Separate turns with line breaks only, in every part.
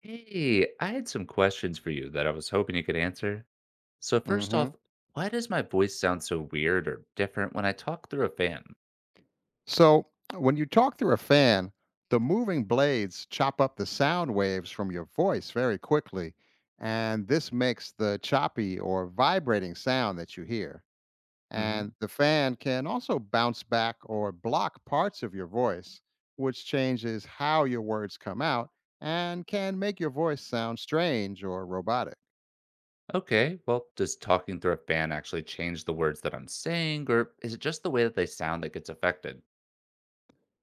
Hey, I had some questions for you that I was hoping you could answer. So first
Hmm.
off, why does my voice sound so weird or different when I talk through a fan?
So when you talk through a fan, the moving blades chop up the sound waves from your voice very quickly, and this makes the choppy or vibrating sound that you hear.
Hmm.
And the fan can also bounce back or block parts of your voice, which changes how your words come out and can make your voice sound strange or robotic.
Okay, well, does talking through a fan actually change the words that I'm saying, or is it just the way that they sound that gets affected?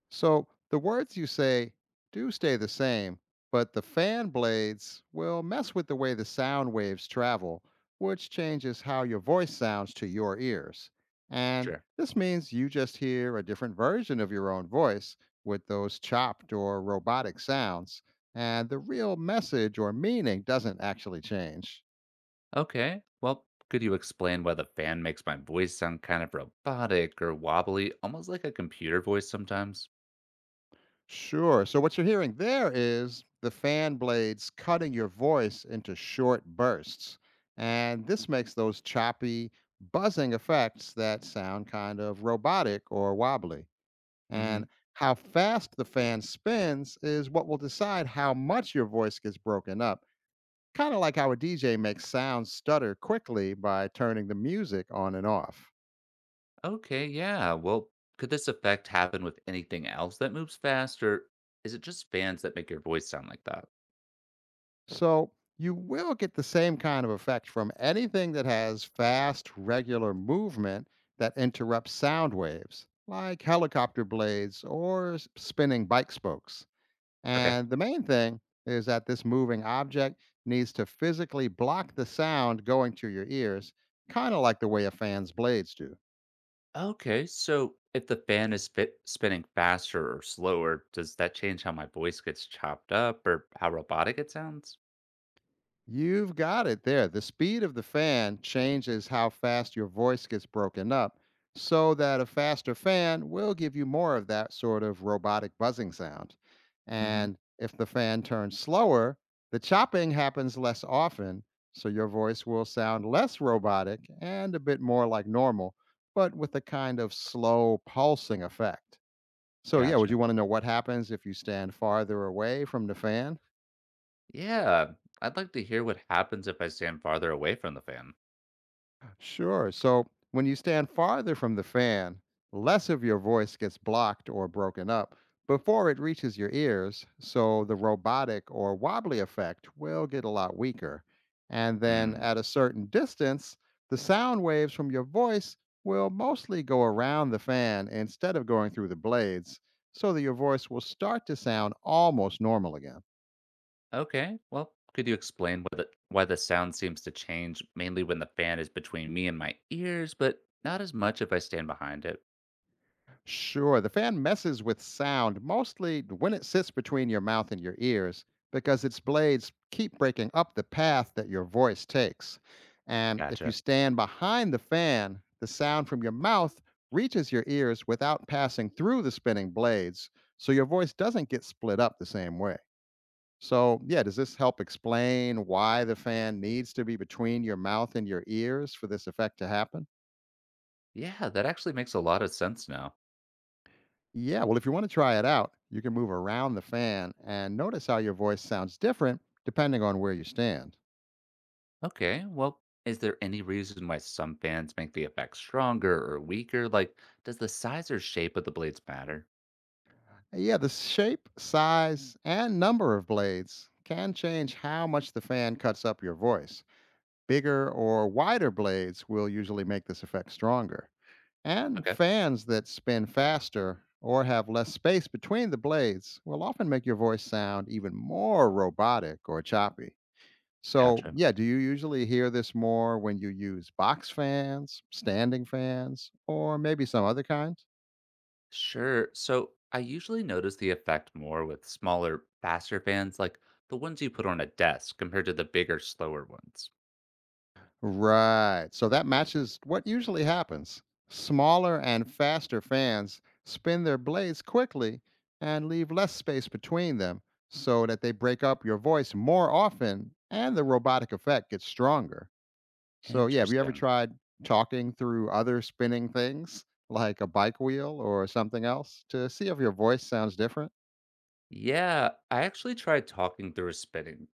So the words you say do stay the same, but the fan blades will mess with the way the sound waves travel, which changes how your voice sounds to your ears. And
Sure.
this means you just hear a different version of your own voice with those chopped or robotic sounds, and the real message or meaning doesn't actually change.
Okay, well, could you explain why the fan makes my voice sound kind of robotic or wobbly, almost like a computer voice sometimes?
Sure. So what you're hearing there is the fan blades cutting your voice into short bursts. And this makes those choppy, buzzing effects that sound kind of robotic or wobbly. And how fast the fan spins is what will decide how much your voice gets broken up, kind of like how a DJ makes sounds stutter quickly by turning the music on and off.
Okay, yeah. Well, could this effect happen with anything else that moves fast, or is it just fans that make your voice sound like that?
So you will get the same kind of effect from anything that has fast, regular movement that interrupts sound waves, like helicopter blades or spinning bike spokes.
Okay.
And the main thing is that this moving object needs to physically block the sound going to your ears, kind of like the way a fan's blades do.
Okay, so if the fan is fit, spinning faster or slower, does that change how my voice gets chopped up or how robotic it sounds?
You've got it there. The speed of the fan changes how fast your voice gets broken up, so that a faster fan will give you more of that sort of robotic buzzing sound.
Hmm.
And if the fan turns slower, the chopping happens less often, so your voice will sound less robotic and a bit more like normal, but with a kind of slow pulsing effect. So, yeah, would you
Gotcha.
want to know what happens if you stand farther away from the fan?
Yeah, I'd like to hear what happens if I stand farther away from the fan.
Sure. So when you stand farther from the fan, less of your voice gets blocked or broken up before it reaches your ears. So the robotic or wobbly effect will get a lot weaker. And then
Hmm.
at a certain distance, the sound waves from your voice will mostly go around the fan instead of going through the blades, so that your voice will start to sound almost normal again.
Okay. Well, could you explain why the sound seems to change mainly when the fan is between me and my ears, but not as much if I stand behind it?
Sure, the fan messes with sound mostly when it sits between your mouth and your ears because its blades keep breaking up the path that your voice takes. And if you
Gotcha.
stand behind the fan, the sound from your mouth reaches your ears without passing through the spinning blades, so your voice doesn't get split up the same way. So, yeah, does this help explain why the fan needs to be between your mouth and your ears for this effect to happen?
Yeah, that actually makes a lot of sense now.
Yeah, well, if you want to try it out, you can move around the fan and notice how your voice sounds different depending on where you stand.
Okay. Well, is there any reason why some fans make the effect stronger or weaker? Like, does the size or shape of the blades matter?
Yeah, the shape, size, and number of blades can change how much the fan cuts up your voice. Bigger or wider blades will usually make this effect stronger. And
Okay.
fans that spin faster or have less space between the blades will often make your voice sound even more robotic or choppy. So,
Gotcha.
yeah, do you usually hear this more when you use box fans, standing fans, or maybe some other kind?
Sure. So I usually notice the effect more with smaller, faster fans, like the ones you put on a desk compared to the bigger, slower ones.
Right. So that matches what usually happens. Smaller and faster fans spin their blades quickly and leave less space between them so that they break up your voice more often and the robotic effect gets stronger. So, yeah, have you ever
Interesting.
tried talking through other spinning things like a bike wheel or something else to see if your voice sounds different?
Yeah, I actually tried talking through a spinning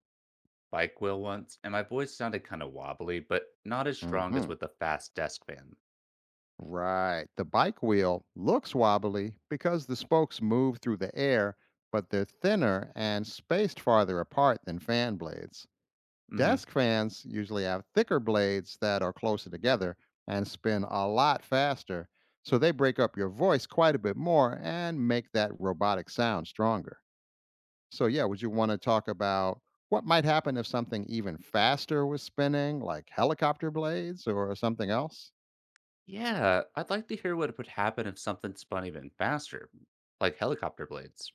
bike wheel once, and my voice sounded kind of wobbly, but not as strong as
Hmm.
with a fast desk fan.
Right. The bike wheel looks wobbly because the spokes move through the air, but they're thinner and spaced farther apart than fan blades.
Hmm.
Desk fans usually have thicker blades that are closer together and spin a lot faster, so they break up your voice quite a bit more and make that robotic sound stronger. So, yeah, would you want to talk about what might happen if something even faster was spinning, like helicopter blades or something else?
Yeah, I'd like to hear what would happen if something spun even faster, like helicopter blades.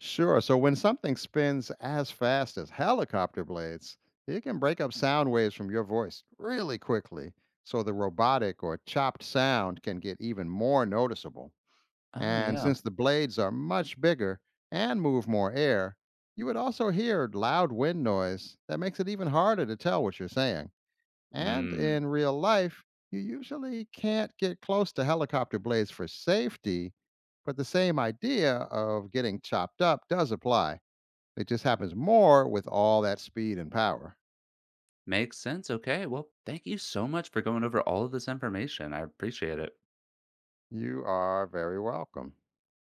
Sure. So when something spins as fast as helicopter blades, it can break up sound waves from your voice really quickly. So the robotic or chopped sound can get even more noticeable.
Oh,
And
yeah.
since the blades are much bigger and move more air, you would also hear loud wind noise that makes it even harder to tell what you're saying. And
Mmm,
in real life, you usually can't get close to helicopter blades for safety, but the same idea of getting chopped up does apply. It just happens more with all that speed and power.
makes sense. Okay, well, thank you so much for going over all of this information. I appreciate it.
You are very welcome.